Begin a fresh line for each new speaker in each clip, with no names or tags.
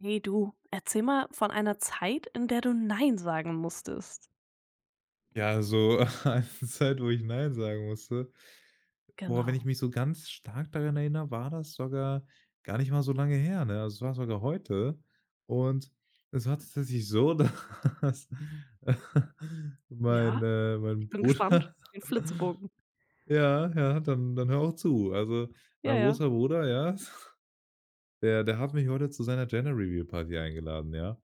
Hey du, erzähl mal von einer Zeit, in der du „Nein" sagen musstest.
Ja, so eine Zeit, wo ich „nein" sagen musste. Boah, wenn
Genau.
ich mich so ganz stark daran erinnere, war das sogar gar nicht mal so lange her, ne? Also, es war sogar heute. Und es war tatsächlich so, dass mein,
Ja,
äh
ich
mein
bin gespannt
Bruder
Den 'n Flitzebogen.
ja, ja, dann hör auch zu. Also,
Ja,
mein
ja.
großer Bruder, ja Der hat mich heute zu seiner Gender Reveal Party eingeladen, ja?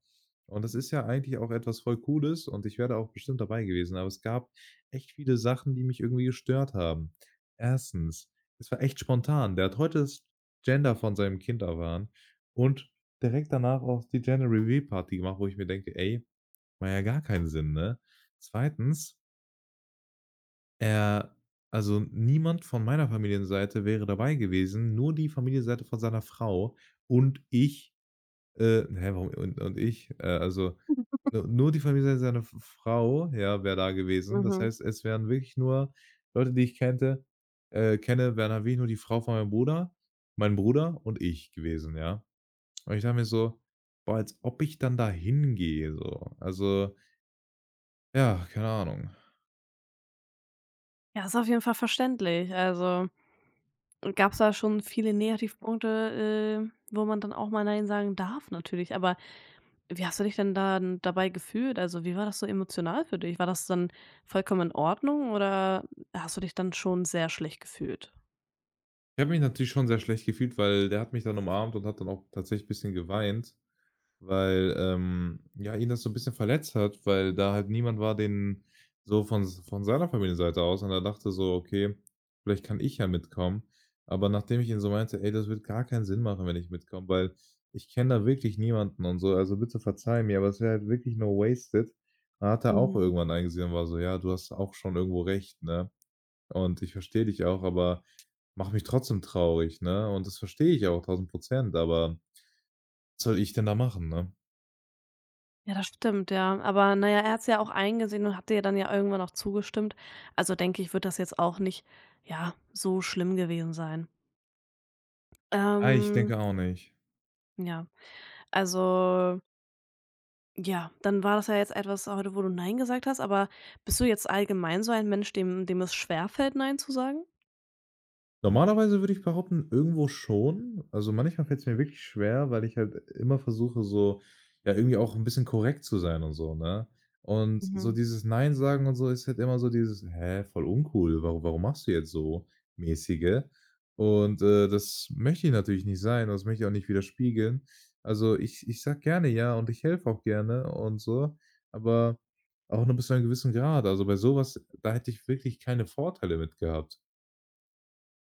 Und das
Mhm.
ist ja eigentlich auch etwas voll Cooles und ich wäre auch bestimmt dabei gewesen, aber es gab echt viele Sachen, die mich irgendwie gestört haben. Erstens: Es war echt spontan. Der hat heute das Gender von seinem Kind erfahren und direkt danach auch die Gender Reveal Party gemacht, wo ich mir denke: „Ey, macht ja gar keinen Sinn", ne? Zweitens: er Also, niemand von meiner Familienseite wäre dabei gewesen, nur die Familienseite von seiner Frau und ich hä, warum und ich? Also, nu nur die Familie seiner F Frau, ja, wäre da gewesen. Das
Mhm.
heißt, es wären wirklich nur Leute, die ich kannte kenne, wären halt wirklich nur die Frau von meinem Bruder, mein Bruder und ich gewesen, ja. Und ich dachte mir so: „Boah, als ob ich dann da hingehe", so. Also, ja, keine Ahnung.
Ja, ist auf jeden Fall verständlich. Also, gab es da schon viele Negativpunkte, wo man dann auch mal „Nein" sagen darf natürlich, aber wie hast du dich denn da dabei gefühlt? Also, wie war das so emotional für dich? War das dann vollkommen in Ordnung oder hast du dich dann schon sehr schlecht gefühlt?
Ich habe mich natürlich schon sehr schlecht gefühlt, weil der hat mich dann umarmt und hat dann auch tatsächlich bisschen geweint, weil, ja, ihn das so ein bisschen verletzt hat, weil da halt niemand war, den so von s von seiner Familienseite aus, und er dachte so: „Okay, vielleicht kann ich ja mitkommen." Aber nachdem ich ihn so meinte: „Ey, das wird gar keinen Sinn machen, wenn ich mitkomme, weil ich kenne da wirklich niemanden und so, also bitte verzeih mir, aber es wäre halt wirklich nur wasted." Dann hat er auch
Mhm.
irgendwann eingesehen und war so: „Ja, du hast auch schon irgendwo recht, ne? Und ich verstehe dich auch, aber mach mich trotzdem traurig, ne? Und das verstehe ich auch 1000%, aber was soll ich denn da machen, ne?"
Ja, das stimmt, ja. Aber naja, ja, er hat's ja auch eingesehen und hat dir dann ja irgendwann auch zugestimmt. Also, denke ich, wird das jetzt auch nicht, ja, so schlimm gewesen sein.
Ah, ich
Ähm,
denke auch nicht.
ja, also ja, dann war das ja jetzt etwas heute, wo du „nein" gesagt hast, aber bist du jetzt allgemein so ein Mensch, dem es schwerfällt, „nein" zu sagen?
Normalerweise würde ich behaupten, irgendwo schon. Also, manchmal fällt es mir wirklich schwer, weil ich halt immer versuche, so, ja, irgendwie auch ein bisschen korrekt zu sein und so, ne? Und so
Mhm.
dieses „Nein" sagen und so ist halt immer so dieses: „Hä, voll uncool. Warum machst du jetzt so?" mäßige. Und, das möchte ich natürlich nicht sein, das möchte ich auch nicht widerspiegeln. Also, ich sag gerne „ja" und ich helfe auch gerne und so, aber auch nur bis zu einem gewissen Grad. Also, bei sowas, da hätte ich wirklich keine Vorteile mit gehabt.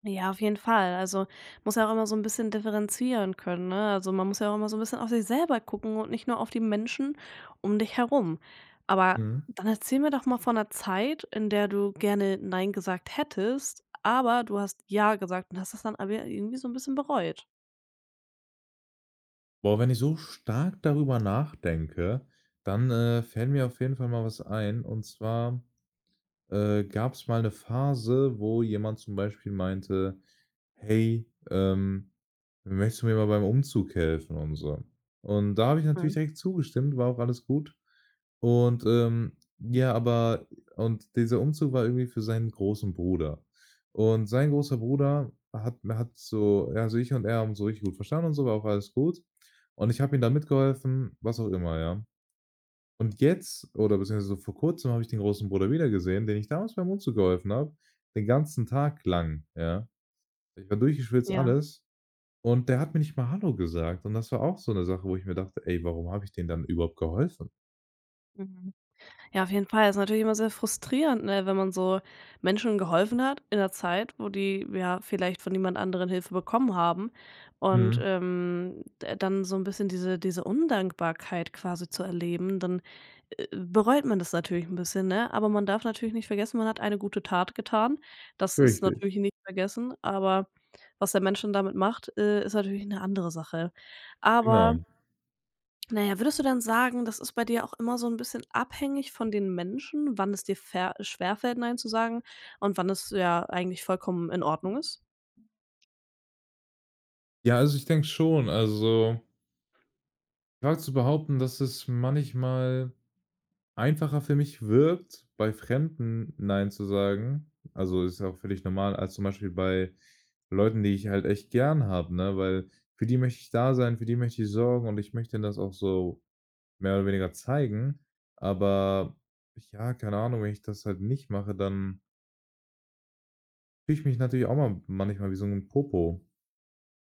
Ja, auf jeden Fall. Also, muss ja auch immer so ein bisschen differenzieren können, ne? Also, man muss ja auch immer so ein bisschen auf sich selber gucken und nicht nur auf die Menschen um dich herum. Aber
Mhm.
dann erzähl mir doch mal von 'ner Zeit, in der du gerne „nein" gesagt hättest, aber du hast „ja" gesagt und hast das dann aber irgendwie so ein bisschen bereut.
Boah, wenn ich so stark darüber nachdenke, dann, fällt mir auf jeden Fall mal was ein. Und zwar, gab es mal eine Phase, wo jemand zum Beispiel meinte: „Hey, möchtest du mir mal beim Umzug helfen?" und so. Und da habe ich natürlich
Mhm,
direkt zugestimmt, war auch alles gut. Und, ja, aber und dieser Umzug war irgendwie für seinen großen Bruder. Und sein großer Bruder hat so, ja, also ich und er haben so richtig gut verstanden und so, war auch alles gut. Und ich habe ihm da mitgeholfen, was auch immer, ja. Und jetzt, oder beziehungsweise so vor Kurzem, habe ich den großen Bruder wiedergesehen, den ich damals beim Umzug geholfen habe, den ganzen Tag lang, ja. Ich war durchgeschwitzt,
ja,
alles. Und der hat mir nicht mal Hallo gesagt. Und das war auch so 'ne Sache, wo ich mir dachte: „Ey, warum habe ich denen dann überhaupt geholfen?"
mhm. Ja, auf jeden Fall. Ist natürlich immer sehr frustrierend, ne, wenn man so Menschen geholfen hat in der Zeit, wo die ja vielleicht von niemand anderen Hilfe bekommen haben und,
Mhm,
d dann so ein bisschen diese Undankbarkeit quasi zu erleben, dann, bereut man das natürlich ein bisschen, ne? Aber man darf natürlich nicht vergessen, man hat eine gute Tat getan. Das ist
richtig.
natürlich nicht vergessen, aber was der Mensch dann damit macht, ist natürlich eine andere Sache. Aber
Genau.
na ja, würdest du dann sagen, das ist bei dir auch immer so ein bisschen abhängig von den Menschen, wann es dir ver schwerfällt, „nein" zu sagen und wann es ja eigentlich vollkommen in Ordnung ist?
Ja, also, ich denke schon. Also, grad zu behaupten, dass es manchmal einfacher für mich wirkt, bei Fremden „Nein" zu sagen. Also, ist ja auch völlig normal, als zum Beispiel bei Leuten, die ich halt echt gern habe, ne? Weil für die möchte ich da sein, für die möchte ich sorgen und ich möchte denen das auch so mehr oder weniger zeigen. Aber, ja, keine Ahnung, wenn ich das halt nicht mache, dann fühle ich mich natürlich auch mal manchmal wie so ein Popo.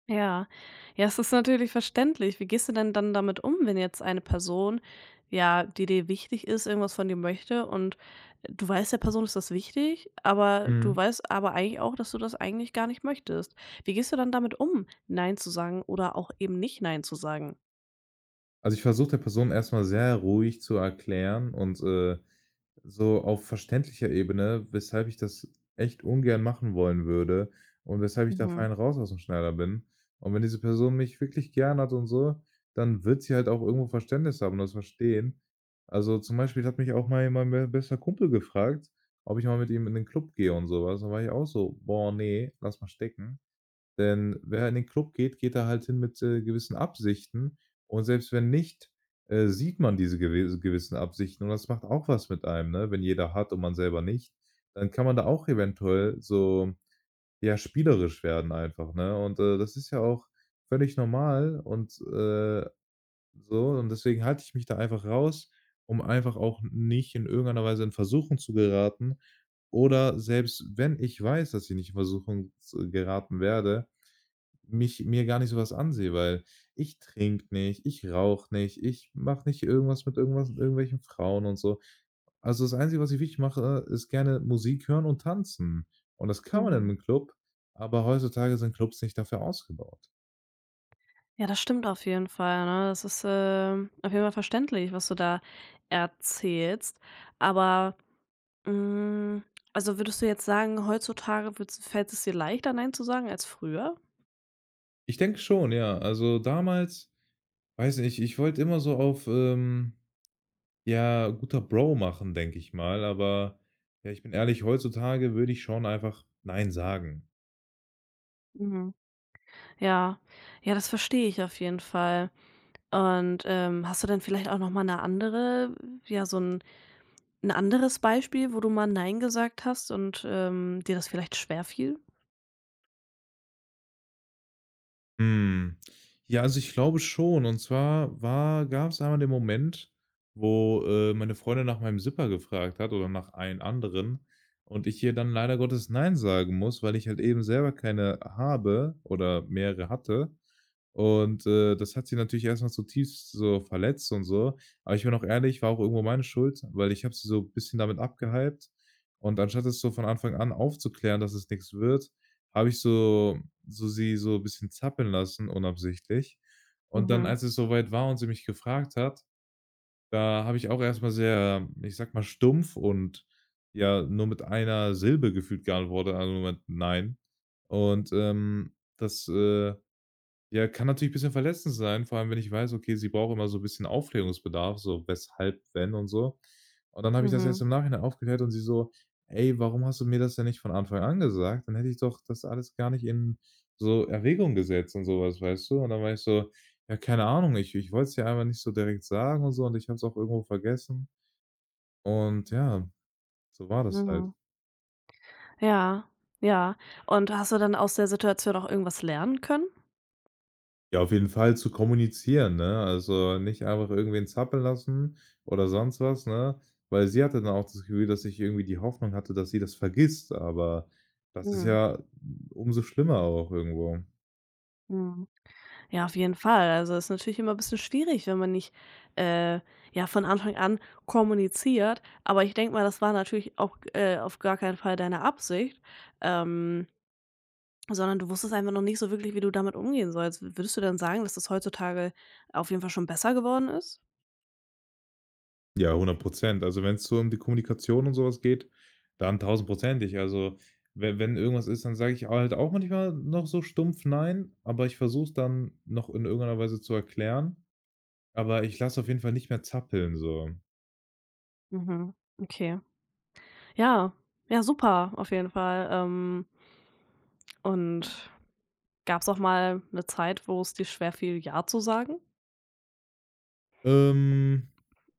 Ja. Ja, es ist natürlich verständlich. Wie gehst du denn dann damit um, wenn jetzt eine Person, ja, die dir wichtig ist, irgendwas von dir möchte und du weißt, der Person ist das wichtig, aber du
Mhm.
weißt aber eigentlich auch, dass du das eigentlich gar nicht möchtest. Wie gehst du dann damit um, „nein" zu sagen oder auch eben nicht „nein" zu sagen?
Also, ich versuche der Person erstmal sehr ruhig zu erklären , so auf verständlicher Ebene, weshalb ich das echt ungern machen wollen würde und weshalb ich da
Mhm,
fein raus aus dem Schneider bin. Und wenn diese Person mich wirklich gern hat und so, dann wird sie halt auch irgendwo Verständnis haben und das verstehen. Also, zum Beispiel hat mich auch mal mein be bester Kumpel gefragt, ob ich mal mit ihm in den Club gehe und sowas. Da war ich auch so: „Boah, nee, lass mal stecken." Denn wer in den Club geht, geht da halt hin mit, gewissen Absichten, und selbst wenn nicht, sieht man diese gewissen Absichten und das macht auch was mit einem, ne? Wenn jeder hat und man selber nicht, dann kann man da auch eventuell so, ja, spielerisch werden einfach, ne? Und, das ist ja auch völlig normal und, so, und deswegen halte ich mich da einfach raus, um einfach auch nicht in irgendeiner Weise in Versuchung zu geraten, oder selbst wenn ich weiß, dass ich nicht in Versuchung z geraten werde, mich mir gar nicht sowas ansehe, weil ich trinke nicht, ich rauche nicht, ich mache nicht irgendwas mit irgendwelchen Frauen und so. Also, das Einzige, was ich wirklich mache, ist gerne Musik hören und tanzen. Und das kann man in
mhm.
'nem Club, aber heutzutage sind Clubs nicht dafür ausgebaut.
Ja, das stimmt auf jeden Fall, ne? Das ist, auf jeden Fall verständlich, was du da erzählst. Aber, hm, also, würdest du jetzt sagen, heutzutage würdest fällt es dir leichter, nein zu sagen als früher?
Ich denke schon, ja. Also, damals, weiß nicht, ich wollte immer so auf, ja, guter Bro machen, denke ich mal, aber ja, ich bin ehrlich, heutzutage würde ich schon einfach „nein" sagen.
Mhm. Ja. Ja, das verstehe ich auf jeden Fall. Und, hast du denn vielleicht auch noch mal eine andere ja, so 'n Ein anderes Beispiel, wo du mal „Nein" gesagt hast und, dir das vielleicht schwer fiel.
Hm. Ja, also ich glaube schon. Und zwar, war gab es einmal den Moment, wo, meine Freundin nach meinem Zipper gefragt hat oder nach einen anderen, und ich ihr dann leider Gottes „nein" sagen muss, weil ich halt eben selber keine habe oder mehrere hatte. Und, das hat sie natürlich erstmal mal zutiefst so verletzt und so. Aber ich bin auch ehrlich, war auch irgendwo meine Schuld, weil ich habe sie so ein bisschen damit abgehypt, und anstatt es so von Anfang an aufzuklären, dass es nichts wird, habe ich so sie so ein bisschen zappeln lassen, unabsichtlich. Und dann,
Mhm,
als es so weit war und sie mich gefragt hat, da habe ich auch erstmal sehr, ich sag mal, stumpf und, ja, nur mit einer Silbe gefühlt geantwortet, also mit „Nein." Und, das, ja, kann natürlich ein bisschen verletzend sein, vor allem, wenn ich weiß, okay, sie braucht immer so 'n bisschen Aufklärungsbedarf, so weshalb, wenn und so. Und dann habe ich das erst
mhm,
im Nachhinein aufgeklärt, und sie so: „Ey, warum hast du mir das denn nicht von Anfang an gesagt? Dann hätte ich doch das alles gar nicht in so Erwägung gesetzt und sowas, weißt du?" Und dann war ich so: „Ja, keine Ahnung, ich wollte es ja einfach nicht so direkt sagen und so, und ich habe es auch irgendwo vergessen." Und ja, so war das halt.
mhm. Ja, ja. Und hast du dann aus der Situation auch irgendwas lernen können?
Ja, auf jeden Fall zu kommunizieren, ne? Also, nicht einfach irgendwen zappeln lassen oder sonst was, ne? Weil sie hatte dann auch das Gefühl, dass ich irgendwie die Hoffnung hatte, dass sie das vergisst, aber das ist
Mhm,
ja umso schlimmer auch irgendwo.
mhm. Ja, auf jeden Fall. Also, ist natürlich immer ein bisschen schwierig, wenn man nicht, äh, ja, von Anfang an kommuniziert. Aber ich denke mal, das war natürlich auch, auf gar keinen Fall deine Absicht, ähm, sondern du wusstest einfach noch nicht so wirklich, wie du damit umgehen sollst. Würdest du dann sagen, dass das heutzutage auf jeden Fall schon besser geworden ist?
Ja, 100%. Also, wenn es so um die Kommunikation und sowas geht, dann tausendprozentig. Also, wenn irgendwas ist, dann sage ich halt auch manchmal noch so stumpf „Nein", aber ich versuche es dann noch in irgendeiner Weise zu erklären, aber ich lasse auf jeden Fall nicht mehr zappeln so.
Mhm, okay. Ja, ja, super, auf jeden Fall. Und gab's auch mal eine Zeit, wo es dir schwerfiel, ja zu sagen?
Ähm,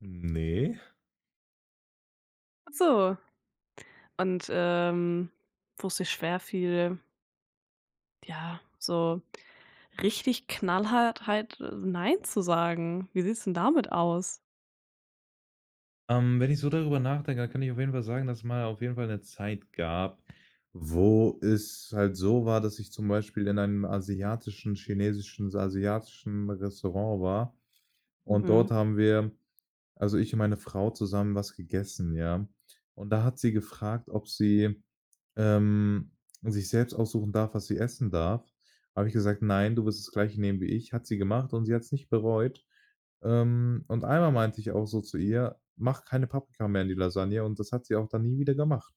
ne.
So. Und, wo es sich schwerfiel, ja, so richtig knallhart halt „Nein" zu sagen. Wie sieht's denn damit aus?
Wenn ich so darüber nachdenke, dann kann ich auf jeden Fall sagen, dass es mal auf jeden Fall eine Zeit gab, wo es halt so war, dass ich zum Beispiel in einem asiatischen chinesischen asiatischen Restaurant war und
Mhm.
dort haben wir, also ich und meine Frau, zusammen was gegessen, ja. Und da hat sie gefragt, ob sie, ähm, sich selbst aussuchen darf, was sie essen darf, habe ich gesagt: „Nein, du wirst das Gleiche nehmen wie ich." Hat sie gemacht und sie hat es nicht bereut. Und einmal meinte ich auch so zu ihr: „Mach keine Paprika mehr in die Lasagne", und das hat sie auch dann nie wieder gemacht.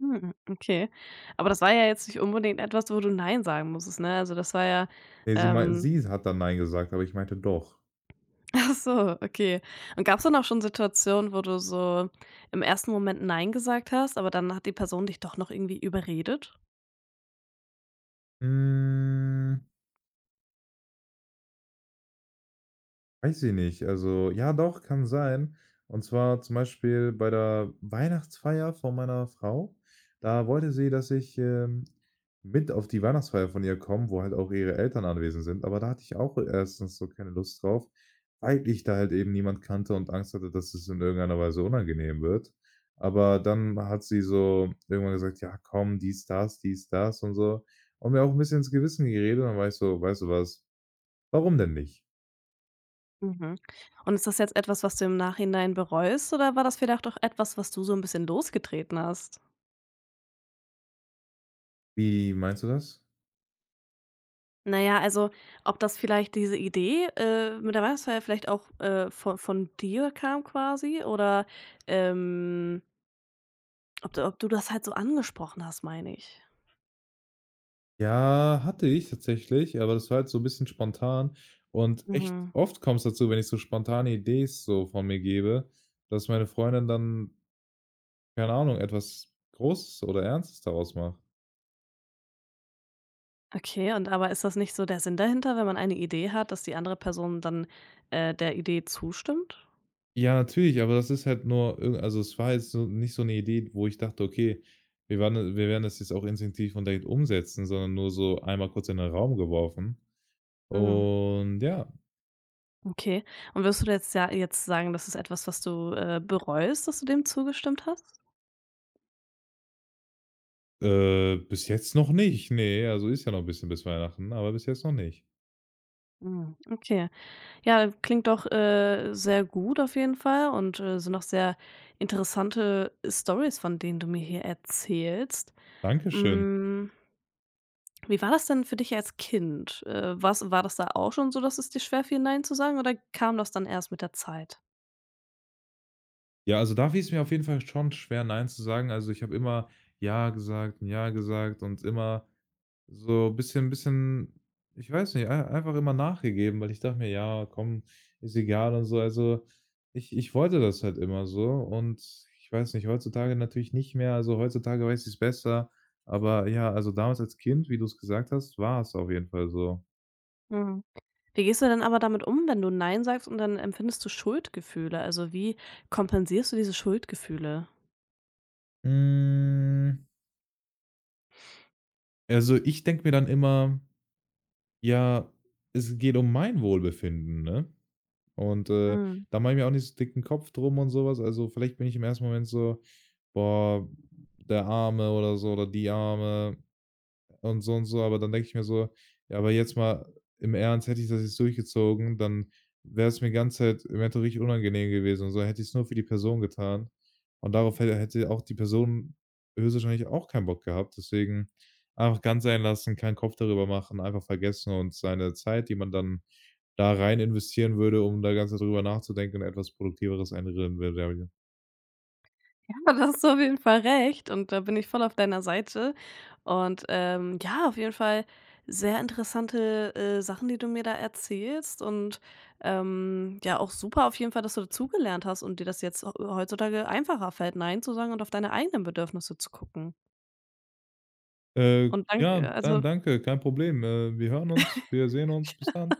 Mhm. Okay. Aber das war ja jetzt nicht unbedingt etwas, wo du „Nein" sagen musstest, ne? Also, das war ja,
Ne, sie mei
ähm
sie hat dann „Nein" gesagt, aber ich meinte: „Doch."
ach so, okay. Und gab's dann auch schon Situationen, wo du so im ersten Moment „Nein" gesagt hast, aber dann hat die Person dich doch noch irgendwie überredet?
Hm. Weiß ich nicht. Also, ja doch, kann sein. Und zwar zum Beispiel bei der Weihnachtsfeier von meiner Frau. Da wollte sie, dass ich, mit auf die Weihnachtsfeier von ihr komme, wo halt auch ihre Eltern anwesend sind. Aber da hatte ich auch erstens so keine Lust drauf, weil ich da halt eben niemand kannte und Angst hatte, dass es in irgendeiner Weise unangenehm wird. Aber dann hat sie so irgendwann gesagt: „Ja, komm, dies, das, dies, das", und so, und mir auch ein bisschen ins Gewissen geredet. Und dann war ich so: „Weißt du was? Warum denn nicht?"
Mhm. Und ist das jetzt etwas, was du im Nachhinein bereust oder war das vielleicht auch etwas, was du so ein bisschen losgetreten hast?
Wie meinst du das?
Naja, also, ob das vielleicht diese Idee, mit der Weihnachtsfeier vielleicht auch, von dir kam quasi oder, ähm, ob du das halt so angesprochen hast, meine ich.
Ja, hatte ich tatsächlich, aber das war halt so 'n bisschen spontan, und echt
Mhm.
oft kommt's dazu, wenn ich so spontane Idees so von mir gebe, dass meine Freundin dann, keine Ahnung, etwas Großes oder Ernstes daraus macht.
Okay, und aber ist das nicht so der Sinn dahinter, wenn man eine Idee hat, dass die andere Person dann, der Idee zustimmt?
Ja, natürlich, aber das ist halt nur irg also, es war jetzt so nicht so 'ne Idee, wo ich dachte: „Okay, wir werden das jetzt auch instinktiv und direkt umsetzen", sondern nur so einmal kurz in den Raum geworfen.
Mhm.
Und ja,
Okay. Und wirst du jetzt ja jetzt sagen, das ist etwas, was du, bereust, dass du dem zugestimmt hast?
bis jetzt noch nicht. Ne, also, ist ja noch 'n bisschen bis Weihnachten, aber bis jetzt noch nicht.
Mhm, okay. Ja, klingt doch, sehr gut auf jeden Fall und, sind auch sehr interessante Stories, von denen du mir hier erzählst.
Dankeschön.
Hm, wie war das denn für dich als Kind? War's war das da auch schon so, dass es dir schwerfiel, „Nein" zu sagen, oder kam das dann erst mit der Zeit?
Ja, also da fiel es mir auf jeden Fall schon schwer, nein zu sagen. Also, ich habe immer ja gesagt und immer so ein bisschen, ich weiß nicht, ei einfach immer nachgegeben, weil ich dachte mir: „Ja, komm, ist egal" und so. Also, ich wollte das halt immer so, und ich weiß nicht, heutzutage natürlich nicht mehr. Also, heutzutage weiß ich es besser, aber ja, also damals als Kind, wie du es gesagt hast, war es auf jeden Fall so.
Mhm. Wie gehst du denn aber damit um, wenn du „Nein" sagst und dann empfindest du Schuldgefühle? Also, wie kompensierst du diese Schuldgefühle?
Hm, also, ich denke mir dann immer: „Ja, es geht um mein Wohlbefinden", ne? Und,
Mhm.
da mache ich mir auch nicht so dicken Kopf drum und sowas. Also, vielleicht bin ich im ersten Moment so: „Boah, der Arme" oder so, oder „die Arme" und so, aber dann denke ich mir so: „Ja, aber jetzt mal im Ernst, hätte ich das jetzt durchgezogen, dann wäre es mir die ganze Zeit eventuell richtig unangenehm gewesen und so, hätte ich es nur für die Person getan." Und darauf hätte auch die Person höchstwahrscheinlich auch keinen Bock gehabt. Deswegen einfach ganz sein lassen, keinen Kopf darüber machen, einfach vergessen, und seine Zeit, die man dann da rein investieren würde, um da ganze Zeit drüber nachzudenken, in etwas Produktiveres einreden würde. Ja.
Ja, da hast du auf jeden Fall recht und da bin ich voll auf deiner Seite. Und, ja, auf jeden Fall sehr interessante, Sachen, die du mir da erzählst und, ja, auch super auf jeden Fall, dass du dazugelernt hast und dir das jetzt heutzutage einfacher fällt, „Nein" zu sagen und auf deine eigenen Bedürfnisse zu gucken. Und danke,
Ja, dann
also
danke, kein Problem. Wir hören uns, wir sehen uns. Bis dann.